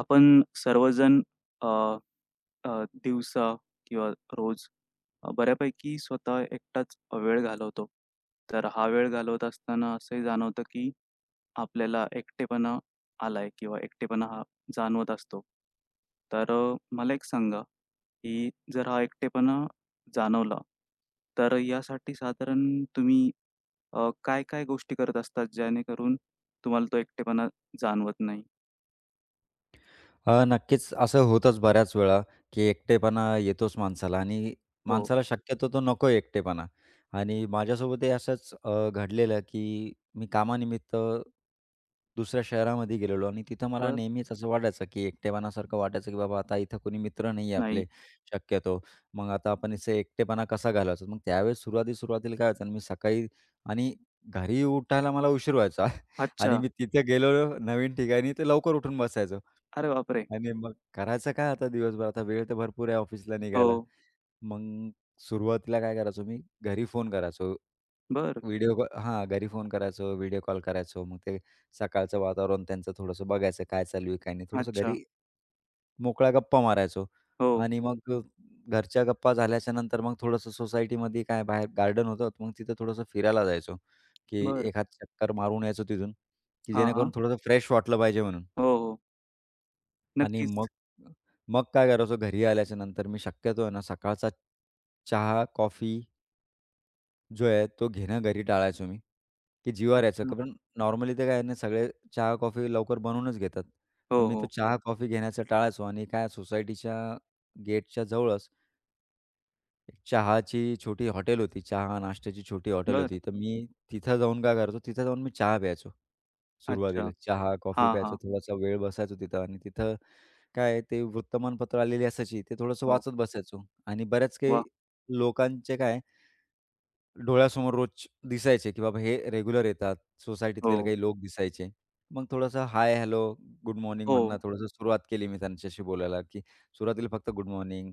आपण सर्वजण अ, अ, दिवसा किंवा रोज बऱ्यापैकी स्वतः एकटाच वेळ घालवतो. तर हा वेळ घालवत असताना असंही जाणवतं, की आपल्याला एकटेपणा आलाय किंवा एकटेपणा हा जाणवत असतो. तर मला एक सांगा, की जर हा एकटेपणा जाणवला, तर यासाठी साधारण तुम्ही काय-काय गोष्टी करत असतात, जेणेकरून तुम्हाला तो एकटेपणा जाणवत नाही? नक्कीच असं होतंच बऱ्याच वेळा, की एकटेपणा येतोच माणसाला आणि हो. माणसाला शक्यतो तो नको एकटेपणा. आणि माझ्यासोबतही असंच घडलेलं, की मी कामानिमित्त दुसऱ्या शहरामध्ये गेलेलो आणि तिथं मला बरं. नेहमीच असं वाटायचं, की एकटेपणासारखं वाटायचं, की बाबा आता इथं कोणी मित्र नाही आहे नाही. आपले शक्यतो. मग आता आपण इथे एकटेपणा कसा घालवायचा? मग त्यावेळेस सुरुवाती-सुरुवातीला काय व्हायचं, मी सकाळी आणि घरी उठायला मला उशीर व्हायचा आणि अच्छा. मी तिथे गेलो नवीन ठिकाणी, तर लवकर उठून बसायचो. अरे बापरे! आणि मग करायचं काय आता दिवसभर? आता वेळ तर भरपूर आहे ऑफिसला हो. निघायला. मग सुरुवातीला काय करायचो मी, घरी फोन करायचो. बरं. व्हिडिओ कॉल हां, घरी फोन करायचो, व्हिडिओ कॉल करायचो. मग ते सकाळचं वातावरण त्यांचं थोडंसं बघायचं काय चालू आहे, काय नाही. थोडंसं अच्छा. घरी मोकळ्या गप्पा मारायचो हो. आणि मग घरच्या गप्पा झाल्याच्या नंतर मग थोडंसं सोसायटीमध्ये काय बाहेर गार्डन होतं, मग तिथं थोडंसं फिरायला जायचो, की बरं. एखाद चक्कर मारून यायचो तिथून, की हां, जेणेकरून हां. थोडंसं फ्रेश वाटलं पाहिजे म्हणून. हो, हो. आणि मग नक्कीच. मग काय करायचो घरी आल्याच्यानंतर मी शक्यतो आहे ना सकाळचा चहा, कॉफी जो आहे तो घेणं घरी टाळायचो मी, की जीवावर यायचं. अच्छा. कारण नॉर्मली ते काय आहे ना सगळे चहा, कॉफी लवकर बनवूनच घेतात. हो, पण मी तो हो. चहा, कॉफी घेण्याचं टाळायचो आणि काय सोसायटीच्या गेटच्या जवळच एक चहाची छोटी हॉटेल होती. चहा, नाश्त्याची छोटी हॉटेल बरं. होती. तर मी तिथं जाऊन काय करायचो, तिथं जाऊन मी चहा प्यायचो. अच्छा. सुरुवातीला चहा, कॉफी हां, प्यायचा, हां. थोडासा वेळ बसायचो तिथं आणि तिथं काय आहे ते वृत्तमानपत्र आलेली असायची, ते थोडंसं हो. वाचत बसायचो आणि बऱ्याच काही वाह! लोकांचे काय डोळ्यासमोर रोज दिसायचे, की बाबा हे रेग्युलर येतात, हो. सोसायटीतले काही लोक दिसायचे. मग थोडंसं हाय, हॅलो, गुड मॉर्निंग हो. म्हणणं थोडंसं सुरुवात केली मी त्यांच्याशी बोलायला, की सुरुवातीला फक्त गुड मॉर्निंग,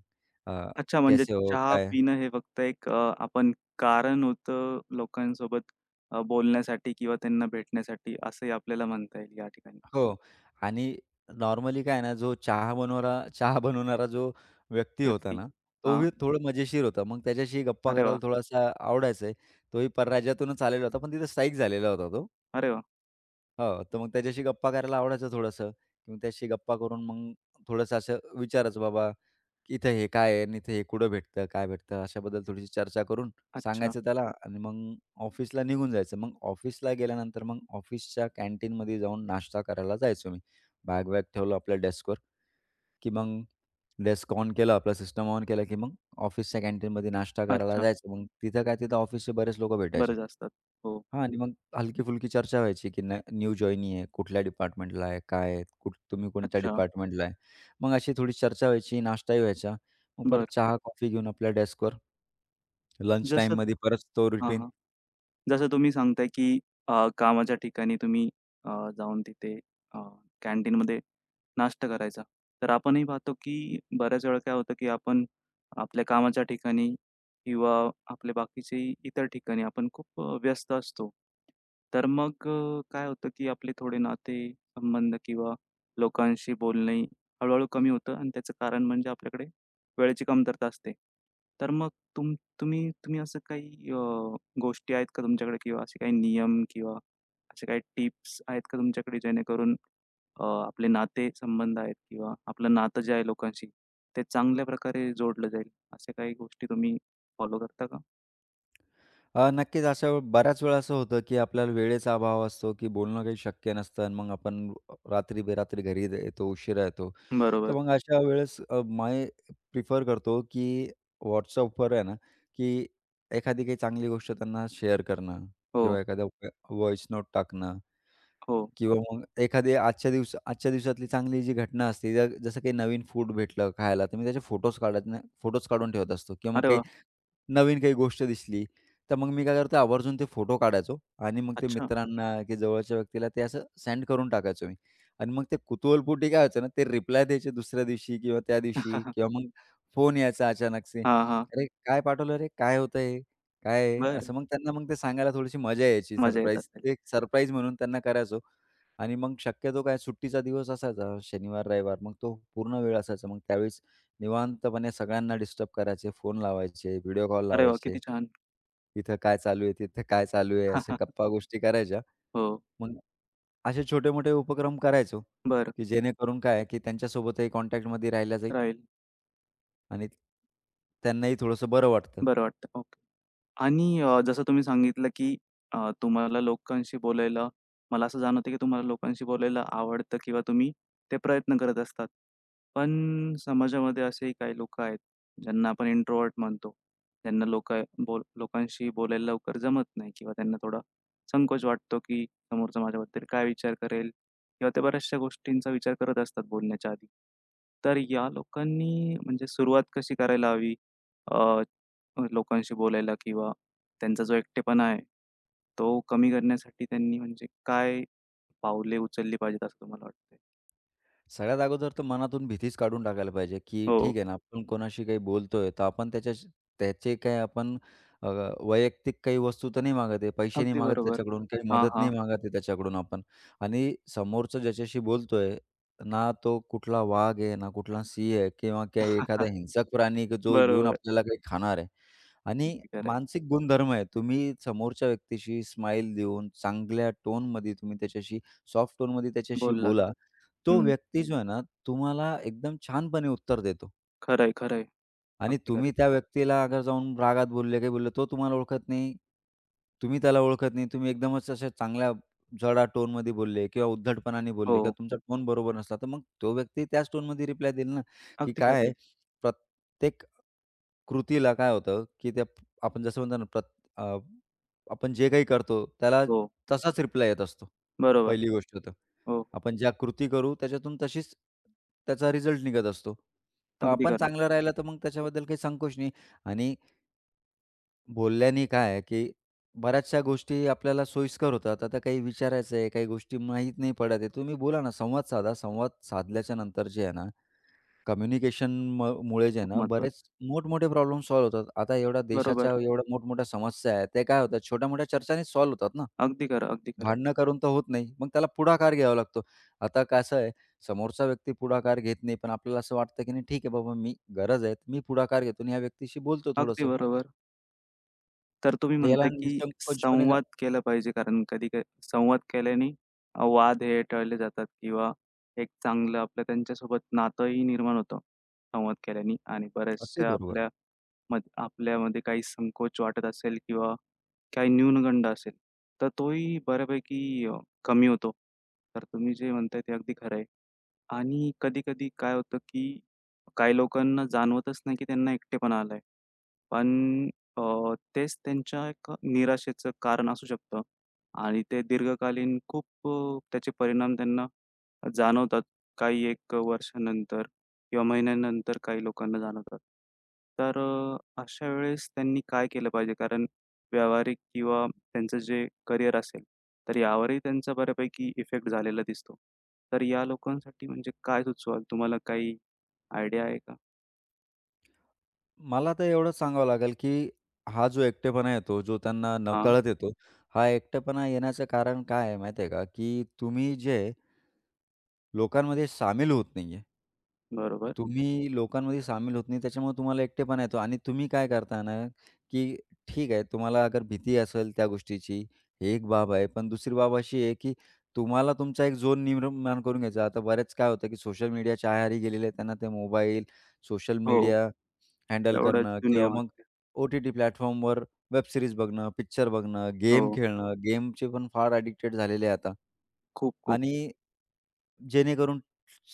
अच्छा, म्हणजे कैसे हो? चहा काय? पिणं हे फक्त एक आपण कारण होतं लोकांसोबत बोलण्यासाठी किंवा त्यांना भेटण्यासाठी असंही आपल्याला म्हणता येईल या ठिकाणी. हो. आणि नॉर्मली काय आहे ना, जो चहा बनवणारा जो व्यक्ती होता व्यक्ती. ना, हां. तोही थोडं मजेशीर होता. मग त्याच्याशी गप्पा अरे करायला वाह! थोडासा आवडायचंय. तोही परराज्यातूनच आलेला होता, पण तिथे स्थायिक झालेला होता तो. अरे वाह! हो, तर मग त्याच्याशी गप्पा करायला आवडायचं थोडंसं. मग त्याच्याशी गप्पा करून मग थोडंसं असं विचारायचं, "बाबा इथं हे काय आहे आणि इथे हे कुठं भेटतं, काय भेटतं अशाबद्दल थोडीशी चर्चा करून अच्छा, सांगायचं त्याला आणि मग ऑफिसला निघून जायचं. मग ऑफिसला गेल्यानंतर मग ऑफिसच्या कॅन्टीनमध्ये जाऊन नाश्ता करायला जायचो मी. बॅग-वॅग ठेवलं आपल्या डेस्कवर, की मग डेस्क ऑन केलं, आपलं सिस्टम ऑन केलं, की मग ऑफिसच्या कॅन्टीनमध्ये नाश्ता करायला अच्छा. जायचं. मग तिथं काय तिथं ऑफिसचे बरेच लोकं भेटायचे. बरेच असतात. हो. हां आणि मग हलकी-फुलकी चर्चा व्हायची, की न्यू जॉइनी आहे, कुठल्या डिपार्टमेंटला आहे, काय आहे, कुठ तुम्ही कोणत्या अच्छा. डिपार्टमेंटला आहे. मग अशी थोडी चर्चा व्हायची, नाश्ताही व्हायचा. मग परत बरं. चहा, कॉफी घेऊन आपल्या डेस्कवर लंच जसं, टाईममध्ये परत तो हां, रुटीन. हां. जसं तुम्ही सांगताय, की कामाच्या ठिकाणी तुम्ही अ, जाऊन तिथे अ, कॅन्टीनमध्ये नाश्ता करायचा. तर आपणही पाहतो, की बऱ्याच वेळा काय होतं, की आपण आपल्या कामाच्या ठिकाणी किंवा आपल्या बाकीचे इतर ठिकाणी आपण खूप व्यस्त असतो. तर मग काय होतं, की आपले थोडे नाते, संबंध किंवा लोकांशी बोलणे हळू कमी होतं आणि त्याचं कारण म्हणजे आपल्याकडे वेळेची कमतरता असते. तर मग तुम तुम्ही असं काही गोष्टी आहेत का तुमच्याकडे किंवा असे काही नियम किंवा असे काही टिप्स आहेत का तुमच्याकडे, जेणेकरून आपले नाते संबंध आहेत किंवा आपलं नातं जे आहे लोकांशी ते चांगल्या प्रकारे जोडलं जाईल, अशा काही गोष्टी तुम्ही फॉलो करता का? नक्कीच अशा बऱ्याच वेळा असं होतं, की आपल्याला वेळेचा अभाव असतो, की बोलणं काही शक्य नसतं आणि मग आपण रात्री बेरात्री घरी येतो, उशिरा येतो. तर बरोबर. मग अशा वेळेस मी प्रिफर करतो, की WhatsAppवर आहे ना, की एखादी काही चांगली गोष्ट त्यांना शेअर करणं किंवा हो, एखादा व्हॉइस नोट टाकणं हो. किंवा मग एखादी आजच्या दिवसातली चांगली जी घटना असते, जसं काही नवीन फूड भेटलं खायला, तर मी त्याचे फोटोज काढून ठेवत असतो किंवा मग अरे काही वाह! नवीन काही गोष्ट दिसली, तर मग मी काय करतो आवर्जून ते फोटो काढायचो आणि मग ते अच्छा. मित्रांना की जवळच्या व्यक्तीला ते असं सेंड करून टाकायचो मी. आणि मग ते कुतूहलपोटी काय व्हायचं ना, ते रिप्लाय द्यायचे दुसऱ्या दिवशी किंवा त्या दिवशी किंवा मग फोन यायचा अचानकसे. हां, हां. "अरे, काय पाठवलं रे? काय होतं हे? काय आहे?" बरं. असं मग त्यांना मग ते सांगायला थोडीशी मजा यायची. मजा येत सरप्राईज असेल. एक सरप्राईज म्हणून त्यांना करायचो. आणि मग शक्यतो काय सुट्टीचा दिवस असायचा शनिवार, रविवार. मग तो पूर्ण वेळ असायचा. मग त्यावेळेस निवांतपणे सगळ्यांना डिस्टर्ब करायचे, फोन लावायचे, व्हिडिओ कॉल अरे वाह! लावायचे. किती छान. "इथं काय चालू आहे? तिथं काय चालू आहे?" अशा गप्पा-गोष्टी करायच्या. हो. मग असे छोटे-मोठे उपक्रम करायचो, बरं. की जेणेकरून काय आहे, की त्यांच्यासोबतही कॉन्टॅक्टमध्ये राहिला जाईल राहील. आणि त्यांनाही थोडंसं बरं वाटतं. बरं वाटतं. आणि जसं तुम्ही सांगितलं, की तुम्हाला लोकांशी बोलायला मला असं जाणवतं, की तुम्हाला लोकांशी बोलायला आवडतं किंवा तुम्ही ते प्रयत्न करत असतात. पण समाजामध्ये असेही काही लोकं आहेत, ज्यांना आपण इंट्रोव्हर्ट म्हणतो. त्यांना लोक लोकांशी बोलायला लवकर जमत नाही किंवा त्यांना थोडा संकोच वाटतो, की समोरचा माझ्याबद्दल काय विचार करेल, किंवा ते बऱ्याचशा गोष्टींचा विचार करत असतात बोलण्याच्या आधी. तर या लोकांनी म्हणजे सुरुवात कशी करायला हवी? लोकांशी बोलायला, किंवा त्यांचा जो एकटेपणा आहे, तो कमी करण्यासाठी त्यांनी म्हणजे काय पावले उचलली पाहिजेत असं तुम्हाला वाटतंय? सगळ्यात अगोदर तर मनातून भीतीच काढून टाकायला पाहिजे, की ठीक हो, आहे ना, आपण कोणाशी काही बोलतोय, तर आपण त्याच्याशी त्याचे काही आपण अ, वैयक्तिक काही वस्तू तर नाही मागत आहे, पैसे नाही अगदी मागत बरोबर. त्याच्याकडून, काही हां, मदत नाही हां. मागत आहे त्याच्याकडून आपण. आणि समोरचा ज्याच्याशी बोलतोय ना तो कुठला वाघ आहे, ना कुठला सिंह आहे किंवा काही एखादा हिंसक प्राणी की जो येऊन बरोबर. आपल्याला काही खाणार आहे. आणि अगदी खरं आहे. मानसिक गुणधर्म आहे, तुम्ही समोरच्या व्यक्तीशी स्माईल देऊन, चांगल्या टोनमध्ये तुम्ही त्याच्याशी, सॉफ्ट टोनमध्ये त्याच्याशी बोललात. बोला. तो हं. व्यक्ती जो आहे ना, तुम्हाला एकदम छानपणे उत्तर देतो खरं आहे, खरं आहे. आणि अगदी खरं तुम्ही आहे. त्या व्यक्तीला अगर जाऊन रागात बोलले, काही बोलले, तो तुम्हाला ओळखत नाही. तुम्ही त्याला ओळखत नाही. तुम्ही एकदमच अशा चांगल्या जडा टोनमध्ये बोलले किंवा उद्धटपणाने बोलले हो. किंवा तुमचा टोन बरोबर नसला, तर मग तो व्यक्ती त्याच टोनमध्ये रिप्लाय देईल ना, की अगदी काय खरं आहे, आहे. प्रत्येक कृतीला काय होतं, की त्या आपण जसं म्हणतो ना, अ, आपण जे काही करतो त्याला हो. तसाच रिप्लाय येत असतो. बरोबर. पहिली गोष्ट तर. हो. हो. आपण ज्या कृती करू त्याच्यातून तशीच त्याचा रिझल्ट निघत असतो. तर अगदी आपण खरं. चांगलं राहिलं तर मग त्याच्याबद्दल काही संकोच नाही आणि बोलल्याने काय आहे, की बऱ्याचशा गोष्टी आपल्याला सोयीस्कर होतात. आता काही विचारायचं आहे, काही गोष्टी माहीत नाही पडत आहे. तुम्ही बोला ना, संवाद साधा. संवाद साधल्याच्या नंतर जे आहे ना कम्युनिकेशन मुळे जे आहे खूप ना, महत्वाचं. बरेच मोठमोठे प्रॉब्लेम सॉल्व्ह होतात. आता एवढ्या देशाच्या बरोबर. एवढ्या मोठमोठ्या समस्या आहेत, त्या काय होतात छोट्या-मोठ्या चर्चांनीच सॉल्व्ह होतात ना. अगदी खरं, अगदी खरं आहे. भांडणं करून तर होत नाही. मग त्याला पुढाकार घ्यावा लागतो. आता कसं आहे, समोरचा व्यक्ती पुढाकार घेत नाही, पण आपल्याला असं वाटतं की नाही ठीक आहे बाबा मी गरज आहे, तर मी पुढाकार घेतो आणि ह्या व्यक्तीशी बोलतो अगदी थोडंसं. बरोबर. तर तुम्ही तर याला म्हणताय, की निसंकोचपणे संवाद केला पाहिजे, कारण कधी काय संवाद केल्याने वाद हे टळले जातात, किंवा एक चांगलं आपलं त्यांच्यासोबत नातंही निर्माण होतं संवाद केल्याने, आणि अगदी बऱ्याचशा बरोबर. आपल्या आपल्यामध्ये काही संकोच वाटत असेल किंवा काही न्यूनगंड असेल, तर तोही बऱ्यापैकी कमी होतो. तर तुम्ही जे म्हणताय ते अगदी खरं आहे. आणि कधी-कधी काय होतं, की काही लोकांना जाणवतच नाही, की त्यांना एकटेपणा आलाय. पण अ, तेच त्यांच्या एक निराशेचं कारण असू शकतं आणि ते दीर्घकालीन खूप त्याचे परिणाम त्यांना जाणवतात. काही 1 वर्षानंतर किंवा महिन्यानंतर काही लोकांना जाणवतात. तर अशा वेळेस त्यांनी काय केलं पाहिजे? कारण व्यावहारिक किंवा त्यांचं जे करिअर असेल, तर यावरही त्यांचा बऱ्यापैकी इफेक्ट झालेला दिसतो. तर या लोकांसाठी म्हणजे काय सुचवाल? तुम्हाला काही आयडिया आहे का? मला तर एवढंच सांगावं लागेल, की हा जो एकटेपणा येतो, जो त्यांना हां, नकळत येतो, हा एकटेपणा येण्याचं कारण काय आहे माहिती आहे का, की तुम्ही जे लोकांमध्ये सामील होत नाही आहे. बरोबर. तुम्ही लोकांमध्ये सामील होत नाही, त्याच्यामुळे तुम्हाला एकटेपणा येतो आणि तुम्ही काय करता ना, की ठीक आहे, तुम्हाला अगर भीती असेल त्या गोष्टीची, ही एक बाब आहे. पण दुसरी बाब अशी आहे, की तुम्हाला तुमचा एक झोन निर्माण करून घ्यायचा. आता बरेच काय होतं, की सोशल मीडियाच्या आहारी गेलेले आहेत, त्यांना ते मोबाईल, सोशल हो. मीडिया हँडल तेवढंच करणं दुनिया किंवा मग वाटते. ओ-टी-टी प्लॅटफॉर्मवर वेब सीरीज बघणं, पिक्चर बघणं, गेम हो. खेळणं. गेमचे पण फार अॅडिक्टेड झालेले आहे आता. खूप-खूप. आणि जेणेकरून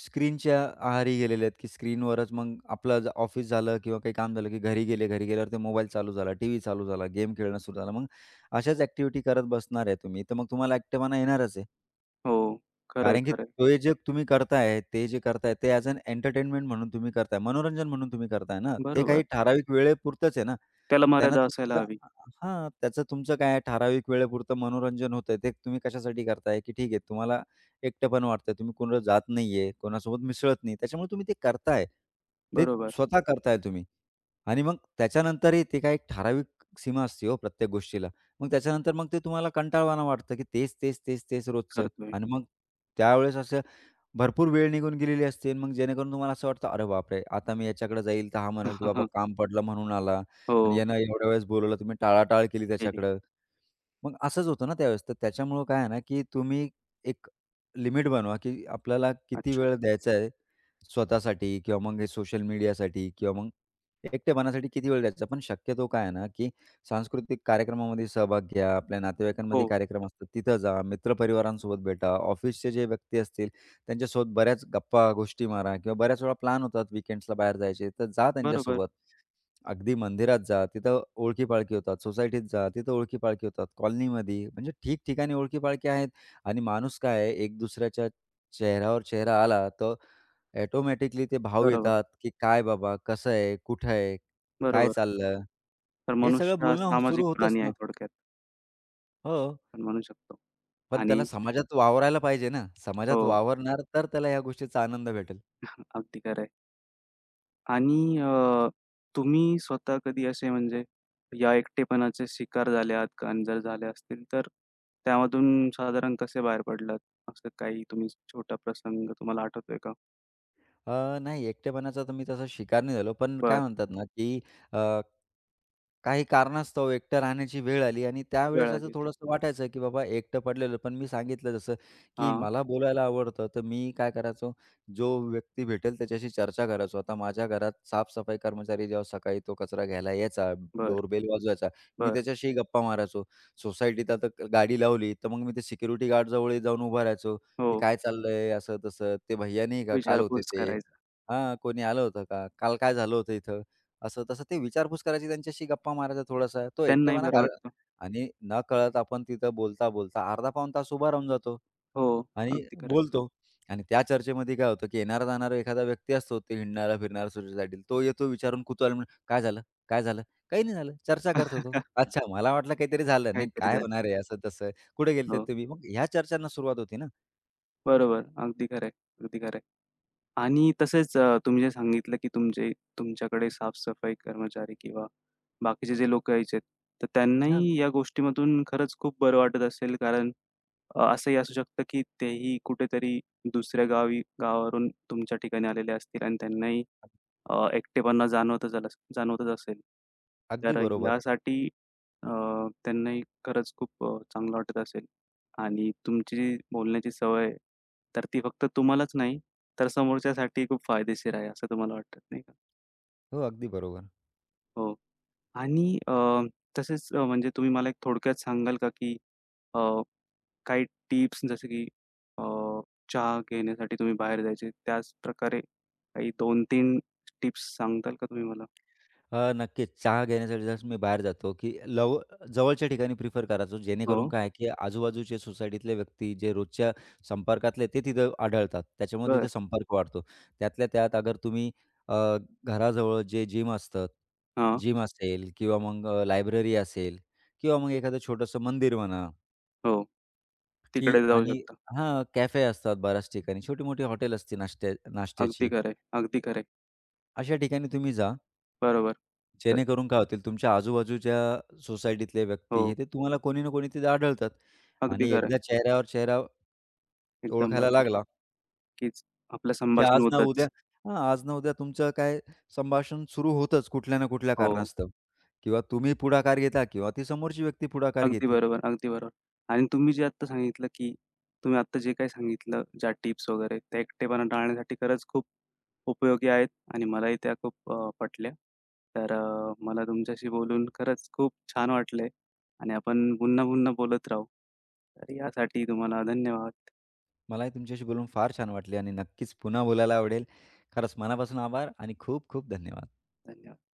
स्क्रीनच्या आहारी गेलेले आहेत, की स्क्रीनवरच मग आपलं ऑफिस झालं किंवा काही काम झालं, की घरी गेले. घरी गेल्यावर ते मोबाईल चालू झाला, टीव्ही चालू झाला, गेम खेळणं सुरू झालं. मग अशाच ॲक्टिव्हिटी करत बसणार आहे तुम्ही, तर मग तुम्हाला एकटेपणा येणारच आहे. हो. खरंय, कारण की खरंय. ते जे तुम्ही करताय, ते जे करताय, ते ॲज अ एंटरटेनमेंट म्हणून तुम्ही करताय, मनोरंजन म्हणून तुम्ही करताय ना. ते बरोबर. काही ठराविक वेळेपुरतंच आहे ना. त्याला त्यानं मर्यादा असायला तुमचं हवी. हां, त्याचं तुमचं काय आहे, ठराविक वेळेपुरतं मनोरंजन होतंय, ते तुम्ही कशासाठी करताय, की ठीक आहे तुम्हाला एकटेपण वाटतंय, तुम्ही कुणाला जात नाहीये, कोणासोबत मिसळत नाही, त्याच्यामुळे तुम्ही ते करताय. ते बरोबर. स्वतः करताय तुम्ही आणि मग त्याच्यानंतरही ते काय एक ठराविक सीमा असते हो प्रत्येक गोष्टीला. मग त्याच्यानंतर मग ते तुम्हाला कंटाळवाणं वाटतं, की तेच रोजचं करतोय. आणि मग त्यावेळेस अशा भरपूर वेळ निघून गेलेली असते आणि मग जेणेकरून तुम्हाला असं वाटतं, "अरे बापरे! आता मी याच्याकडे जाईल तर हा म्हणेल की बाबा काम पडलं म्हणून आला आणि हो. यानं एवढ्या वेळेस बोलवलं." तुम्ही टाळाटाळ केली केली. त्याच्याकडे. मग असंच होतं ना त्यावेळेस. तर त्याच्यामुळं काय आहे ना, की तुम्ही एक लिमिट बनवा, की आपल्याला किती अच्छा. वेळ द्यायचा आहे स्वतःसाठी किंवा मग हे सोशल मीडियासाठी किंवा मग एकटेपणासाठी किती वेळ द्यायचा. पण शक्यतो काय आहे ना, की सांस्कृतिक कार्यक्रमामध्ये सहभाग घ्या, आपल्या नातेवाईकांमध्ये हो. कार्यक्रम असतात तिथं जा, मित्रपरिवारांसोबत भेटा, ऑफिसचे जे व्यक्ती असतील त्यांच्यासोबत बऱ्याच गप्पा, गोष्टी मारा किंवा बऱ्याच वेळा प्लॅन होतात वीकेंड्सला बाहेर जायचे, तर जा बरोबर, त्यांच्यासोबत. अगदी मंदिरात जा, तिथं ओळखी-पाळखी होतात. सोसायटीत जा, तिथं ओळखी-पाळखी होतात. कॉलनीमध्ये म्हणजे ठिकठिकाणी ओळखी-पाळखी आहेत आणि माणूस काय आहे, एक दुसऱ्याच्या चेहऱ्यावर चेहरा आला, तर ऑटोमॅटिकली ते भाव बरोबर, येतात, की "काय बाबा? कसं आहे? कुठं आहे? काय बरोबर. चाललं?" तर हे सगळं मनुष्य हा बोलणं सुरू सामाजिक होतंच प्राणी ना. आहे थोडक्यात हो, आपण म्हणू शकतो. पण त्याला आणि समाजात वावरायला पाहिजे ना. हो. समाजात वावरणार तर त्याला ह्या गोष्टीचा आनंद भेटेल. अगदी खरं आहे. आणि तुम्ही स्वतः कधी असे म्हणजे या एकटेपणाचे शिकार झाले आहात का? आणि जर झाले असतील, तर त्यामधून साधारण कसे बाहेर पडलात? असं काही तुम्ही छोटा प्रसंग तुम्हाला आठवतोय का? नाही एकटेपणाचा तर मी तसा शिकार नाही झालो. पण काय बरं. म्हणतात ना, की अ काही कारणास्तव एकटं राहण्याची वेळ आली आणि वेळ त्यावेळेस असं आली होती. थोडंसं हो. वाटायचं, की बाबा एकटं पडलेलं. पण मी सांगितलं जसं, की हां. मला बोलायला आवडतं, तर मी काय करायचो, जो व्यक्ती भेटेल त्याच्याशी चर्चा करायचो. आता माझ्या घरात साफ-सफाई कर्मचारी जेव्हा सकाळी तो कचरा घ्यायला यायचा, बरं, डोरबेल वाजवायचा, मी बरं. त्याच्याशी गप्पा मारायचो. सोसायटीत आता गाडी लावली, तर मग मी ते सिक्युरिटी गार्डजवळ जाऊन उभा राहायचो, हो. की "काय चाललंय?" असं तसं. "ते भैय्या नाही का? काल होते विचारपूस ते." करायचा. हां, "कोणी आलं होतं का? काल काय झालं होतं इथं?" असं तसं ते विचारपूस करायची, त्यांच्याशी गप्पा मारायचा थोडासा. तो त्यांनाही एकटेपणा बरं घाल वाटतं. आणि नकळत आपण तिथं बोलता-बोलता अर्धा-पाऊण तास उभा राहून जातो हो. आणि अगदी खरं बोलतो. आणि त्या चर्चेमध्ये काय होतं, की येणारा-जाणारा एखादा व्यक्ती असतो, ते हिंडणारा-फिरणारा सुट्टीसाठी. तो येतो विचारून कुतूहल म्हणून, काय झालं?" "काही नाही झालं." चर्चा करतो आहे. तो. "अच्छा, मला वाटलं काहीतरी झालं." "नाही, काहीतरी काय झालं. होणार आहे असं-तसं. कुठे गेलतेत हो. तुम्ही?" मग ह्या चर्चांना सुरुवात होती ना. बरोबर. अगदी खरं आहे. अगदी खरं आहे. आणि तसेच तुम्ही जे सांगितलं, की तुमचे तुमच्याकडे साफ कर्मचारी किंवा बाकीचे जे लोकं यायचे, तर हां, त्यांनाही या गोष्टीमधून खरंच खूप बरं वाटत असेल, कारण असंही असू शकतं, की तेही कुठेतरी दुसऱ्या गावी गावावरून तुमच्या ठिकाणी आलेले असतील आणि त्यांनाही एकटेपणा जाणवतच असेल. अगदी तर बरोबर. यासाठी अ, त्यांनाही खरंच खूप चांगलं वाटत असेल आणि तुमची जी बोलण्याची सवय आहे, तर ती फक्त तुम्हालाच नाही, तर समोरच्यासाठी खूप फायदेशीर आहे असं तुम्हाला वाटत नाही का? हो, अगदी बरोबर. हो. आणि तसेच म्हणजे तुम्ही मला एक थोडक्यात सांगाल का, की अ, काही टिप्स, जसं की अ, चहा घेण्यासाठी तुम्ही बाहेर जायचे त्याच प्रकारे काही 2-3 टिप्स सांगताल का तुम्ही मला? नक्कीच. चहा घेण्यासाठी जसं मी बाहेर जातो, की लव जवळच्या ठिकाणी प्रिफर करायचो. हो. जेणेकरून काय आहे, की आजूबाजूचे सोसायटीतले व्यक्ती जे रोजच्या संपर्कातले ते तिथं आढळतात. त्याच्यामुळे तिथं बरं. संपर्क वाढतो. त्यातल्या त्यात अगर तुम्ही अ, घराजवळ हां. जिम असेल किंवा मग लायब्ररी असेल किंवा मग एखादं छोटंसं मंदिर म्हणा, हो. की तिकडे जाऊ आणि शकता. हां, कॅफे असतात बऱ्याच ठिकाणी, छोटी-मोठी हॉटेल असते नाश्त्याची. अगदी खरं आहे. अगदी खरं आहे. अशा ठिकाणी तुम्ही जा. बरोबर. तर जेणेकरून काय होतील तुमच्या आजूबाजूच्या सोसायटीतले व्यक्ती हे हो. ते तुम्हाला कोणी ना कोणी तिथे आढळतात अगदी आणि खरं एकदा आहे. चेहऱ्यावर चेहरा एकदम ओळखायला बरोबर, लागला, कीच आपलं की संभाषण होतंच. आज ना उद्या तुमचं काय संभाषण सुरू होतंच कुठल्या ना कुठल्या हो. कारणास्तव किंवा तुम्ही पुढाकार घेता किंवा ती समोरची व्यक्ती पुढाकार अगदी घेते. बरोबर, अगदी बरोबर. आणि तुम्ही जे आत्ता सांगितलं, की तुम्ही आत्ता जे काही सांगितलं, ज्या टिप्स वगैरे त्या एकटेपणा टाळण्यासाठी खरंच खूप उपयोगी आहेत आणि मलाही त्या खूप पटल्या. तर मला तुमच्याशी बोलून खरंच खूप छान वाटलंय आणि आपण पुन्हा-पुन्हा बोलत राहू. तर यासाठी तुम्हाला धन्यवाद. मलाही तुमच्याशी बोलून फार छान वाटले आणि नक्कीच पुन्हा बोलायला आवडेल. खरंच मनापासून आभार आणि खूप खूप धन्यवाद. धन्यवाद.